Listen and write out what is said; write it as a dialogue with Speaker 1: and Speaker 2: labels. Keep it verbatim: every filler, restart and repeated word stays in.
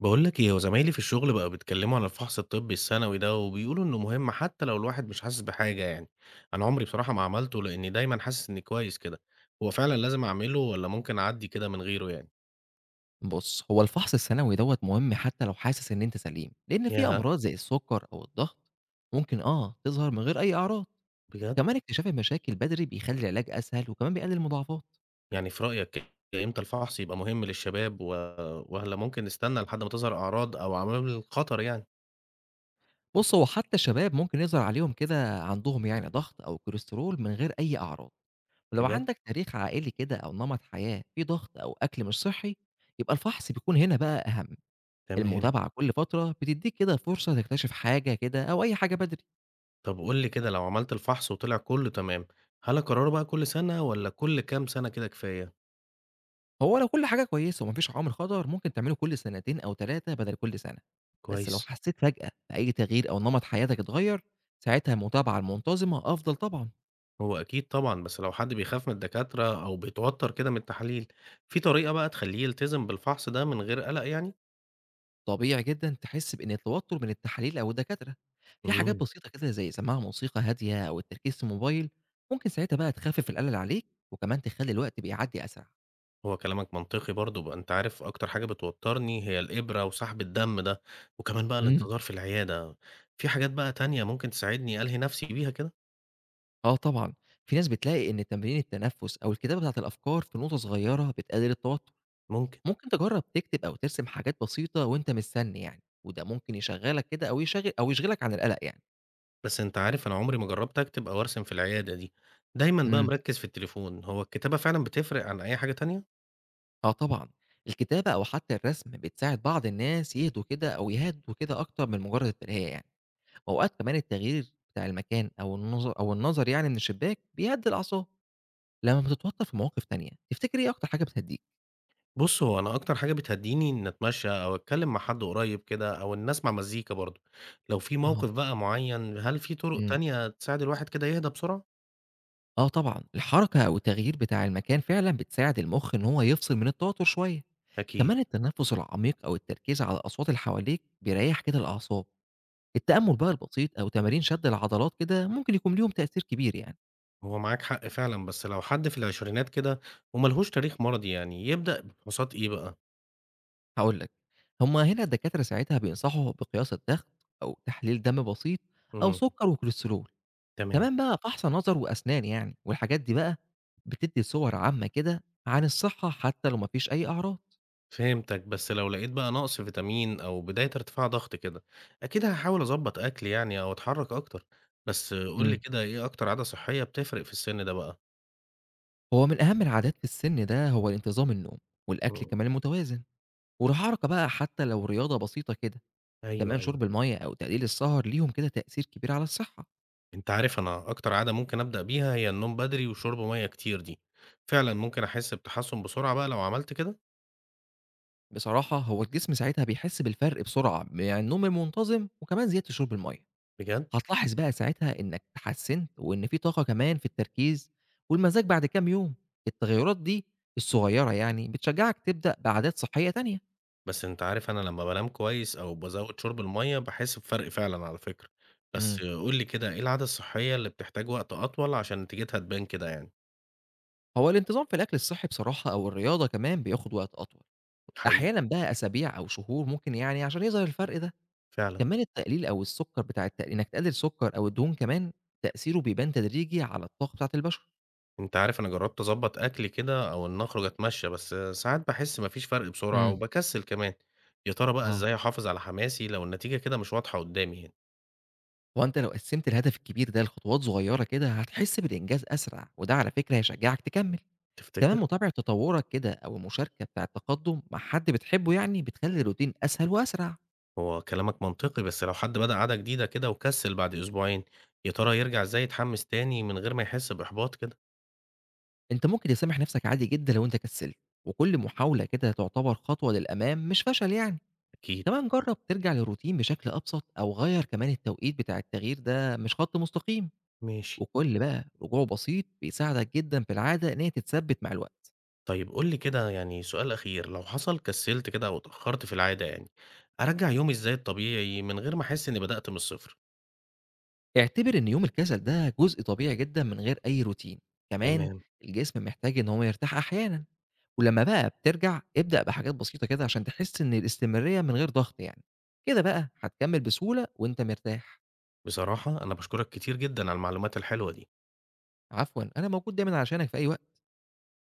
Speaker 1: بقول لك ايه، وزمايلي في الشغل بقى بيتكلموا على الفحص الطبي السنوي ده وبيقولوا انه مهم حتى لو الواحد مش حاسس بحاجة يعني. انا عمري بصراحة ما عملته لاني دايما حاسس اني كويس كده. هو فعلا لازم اعمله ولا ممكن اعدي كده من غيره يعني؟
Speaker 2: بُص، هو الفحص السنوي دوّة مهم حتى لو حاسس إن أنت سليم، لإن في
Speaker 1: ياها.
Speaker 2: أمراض زي السكر أو الضغط ممكن آه، تظهر من غير أي أعراض،
Speaker 1: بجد.
Speaker 2: كمان اكتشاف المشاكل بدري بيخلّي العلاج أسهل وكمان بيقلل المضاعفات.
Speaker 1: يعني في رأيك امتى الفحص يبقى مهم للشباب و... ولا ممكن نستنى لحد ما تظهر اعراض او عوامل خطر يعني؟
Speaker 2: بُص، هو حتى الشباب ممكن يظهر عليهم كده عندهم يعني ضغط أو كوليسترول من غير أي أعراض، ولو
Speaker 1: بجد.
Speaker 2: عندك تاريخ عائلي كده أو نمط حياة فيه ضغط أو أكل مش صحّي، يبقى الفحص بيكون هنا بقى أهم،
Speaker 1: تمام.
Speaker 2: المتابعة كل فترة بتدّيك كده فرصة تكتشف حاجة كده أو أي حاجة بدري.
Speaker 1: طب قول لي كده، لو عملت الفحص وطلع كله تمام، هل اكرره بقى كل سنة ولا كل كام سنة كده كفاية؟
Speaker 2: هو لو كل حاجة كويسة ومفيش عوامل خطر، ممكن تعمله كل سنتين أو تلاتة بدل كل سنة، بس لو
Speaker 1: كويس.
Speaker 2: حسيت فجأة بأي تغيير أو نمط حياتك اتغير، ساعتها المتابعة المنتظمة أفضل طبعًا،
Speaker 1: هو أكيد طبعًا، بس لو حد بيخاف من الدكاترة أو بيتوتر كده من التحاليل، في طريقة بقى تخلّيه يلتزم بالفحص ده من غير قلق يعني؟
Speaker 2: طبيعي جدًا تحس بإن التوتر من التحاليل أو الدكاترة، في حاجات
Speaker 1: إمم.
Speaker 2: بسيطة كده زي سماع موسيقى هادية أو التركيز في الموبايل، ممكن ساعتها بقى تخفف القلق اللي عليك وكمان تخلي الوقت بيعدي أسرع.
Speaker 1: هو كلامك منطقي برضه، بقى أنت عارف أكتر حاجة بتوترني هي الإبرة وسحب الدم ده، وكمان بقى
Speaker 2: إمم.
Speaker 1: الانتظار في العيادة، في حاجات بقى تانية ممكن تساعدني ألهي نفسي بيها كده؟
Speaker 2: آه طبعًا، في ناس بتلاقي إن تمرين التنفس أو الكتابة بتاعة الأفكار في نقطة صغيرة بتقلل التوتر.
Speaker 1: ممكن.
Speaker 2: ممكن تجرّب تكتب أو ترسم حاجات بسيطة وأنت مستني يعني، وده ممكن يشغّلك كده أو يشغ أو يشغلك عن القلق يعني.
Speaker 1: بس أنت عارف أنا عمري ما جرّبت أكتب أو أرسم في العيادة دي، دايمًا بقى
Speaker 2: إمم.
Speaker 1: مركّز في التليفون، هو الكتابة فعلًا بتفرق عن أي حاجة تانية؟
Speaker 2: آه طبعًا، الكتابة أو حتى الرسم بتساعد بعض الناس يهدوا كده أو يهدّوا كده أكتر من مجرد الترهية يعني، وأوقات كمان التغيير بتاع المكان أو النظر أو النظر يعني من الشباك بيهدّي الأعصاب. لمّا بتتوتر في مواقف تانية، تفتكر إيه أكتر حاجة بتهدّيك؟
Speaker 1: بُص، هو أنا أكتر حاجة بتهدّيني إني أتمشّى أو أتكلّم مع حد قريّب كده أو إني أسمع مزيكا برضه. لو في
Speaker 2: آه.
Speaker 1: موقف بقى معيّن، هل في طُرق
Speaker 2: إمم.
Speaker 1: تانية تساعد الواحد كده يهدى بسرعة؟
Speaker 2: آه طبعًا، الحركة أو التغيير بتاع المكان فعلًا بتساعد المُخ إن هو يفصل من التوتر شوية،
Speaker 1: أكيد.
Speaker 2: كمان التنفس العميق أو التركيز على الأصوات اللي حواليك بيريّح كده الأعصاب، التأمل بقى البسيط أو تمارين شد العضلات كده ممكن يكون ليهم تأثير كبير يعني،
Speaker 1: هو معاك حق فعلًا، بس لو حد في العشرينات كده وما لهوش تاريخ مرضي يعني، يبدأ بفحوصات إيه بقى؟
Speaker 2: هاقول لك، هُم هنا الدكاترة ساعتها بينصحوا بقياس الضغط أو تحليل دم بسيط أو
Speaker 1: اهم.
Speaker 2: سُكّر وكوليسترول،
Speaker 1: تمام.
Speaker 2: كمان بقى فحص نَظَر وأسنان يعني، والحاجات دي بقى بتدّي صور عامة كده عن الصحة حتى لو ما فيش أي أعراض.
Speaker 1: فهمتك، بس لو لقيت بقى نقص فيتامين أو بداية ارتفاع ضغط كده، أكيد هاحاول أضبّط أكلي يعني أو أتحرّك أكتر. بس قُل لي
Speaker 2: إمم.
Speaker 1: كده إيه أكتر عادة صحّية بتفرق في السِن ده بقى؟
Speaker 2: هو من أهم العادات في السن ده هو الانتظام النوم والأكل
Speaker 1: إمم.
Speaker 2: كمان المتوازن والحركة بقى حتى لو رياضة بسيطة كده،
Speaker 1: أيوه،
Speaker 2: كمان
Speaker 1: أيوه.
Speaker 2: شرب المية أو تقليل السهر ليهم كده تأثير كبير على الصحة.
Speaker 1: أنت عارف أنا أكتر عادة ممكن أبدأ بيها هي النوم بدري وشرب مَيّة كتير دي، فعلًا ممكن أحس بتحسُّن بسرعة بقى لو عملت كده؟
Speaker 2: بصراحة هو الجسم ساعتها بيحس بالفرق بسرعة يعني النوم المنتظم وكمان زيادة شرب المية،
Speaker 1: بجد؟
Speaker 2: هتلاحظ بقى ساعتها إنك اتحسنت وإن في طاقة كمان في التركيز والمزاج بعد كام يوم. التغيرات دي الصغيرة يعني بتشجعك تبدأ بعادات صحية تانية.
Speaker 1: بس أنت عارف أنا لمّا بانام كويس أو بازوّد شُرب المَيّة باحس بفرق فعلًا على فكرة،
Speaker 2: مم.
Speaker 1: بس قُل لي كده إيه العادة الصحّية اللي بتحتاج وقت أطول عشان نتيجتها تبان كده يعني؟
Speaker 2: هو الانتظام في الأكل الصحي بصراحة أو الرياضة كمان بياخد وقت أطول،
Speaker 1: حقيقي
Speaker 2: أحيانًا بقى أسابيع أو شهور ممكن يعني عشان يظهر الفرق ده،
Speaker 1: فعلًا.
Speaker 2: كمان التقليل أو السُكّر بتاع الت إنك تقلل السُكّر أو الدهون كمان تأثيره بيبان تدريجي على الطاقة بتاعة البشرة.
Speaker 1: أنت عارف أنا جرّبت أضبّط أكلي كده أو إن أخرج أتمشّى، بس ساعات باحس ما فيش فرق بسرعة
Speaker 2: إمم.
Speaker 1: وباكسّل كمان، يا ترى بقى
Speaker 2: آه.
Speaker 1: إزاي أحافظ على حماسي لو النتيجة كده مش واضحة قُدّامي يعني؟
Speaker 2: هو أنت لو قسّمت الهدف الكبير ده لخطوات صغيّرة كده هتحس بالإنجاز أسرع، وده على فكرة هيشجّعك تكمّل. كمان
Speaker 1: تفتكر؟
Speaker 2: متابعة تطوّرك كده أو المشاركة بتاع التقدُّم مع حد بتحبه يعني بتخلّي الروتين أسهل وأسرع.
Speaker 1: هو كلامك منطقي، بس لو حد بدأ عادة جديدة كده وكسل بعد أسبوعين، يا ترى يرجع إزاي يتحمس تاني من غير ما يحس بإحباط كده؟
Speaker 2: أنت ممكن تسامح نَفْسك عادي جدًا لو أنت كسّلت، وكل محاولة كده تعتبر خطوة للأمام مش فشل يعني.
Speaker 1: أكيد.
Speaker 2: كمان جرب ترجع للروتين بشكل أبسط أو غير كمان التوقيت، بتاع التغيير ده مش خط مستقيم
Speaker 1: ماشي.
Speaker 2: وكل بقى رجوع بسيط بيساعدك جدا في العادة إن هي تتثبت مع الوقت.
Speaker 1: طيب قُل لي كده يعني سؤال أخير، لو حصل كسلت كده أو اتأخرت في العادة يعني، أرجّع يومي إزاي الطبيعي من غير ما أحس إني بدأت من الصفر؟
Speaker 2: اعتبر إن يوم الكسل ده جزء طبيعي جدا من غير أي روتين، كمان
Speaker 1: تمام.
Speaker 2: الجسم محتاج إن هو يرتاح أحيانا، ولما بقى بترجع ابدأ بحاجات بسيطة كده عشان تحس إن الاستمرارية من غير ضغط يعني، كده بقى هتكمل بسهولة وإنت مرتاح.
Speaker 1: بصراحة أنا باشكرك كتير جدًا على المعلومات الحلوة دي.
Speaker 2: عفوا أنا موجود دايما علشانك في أي وقت.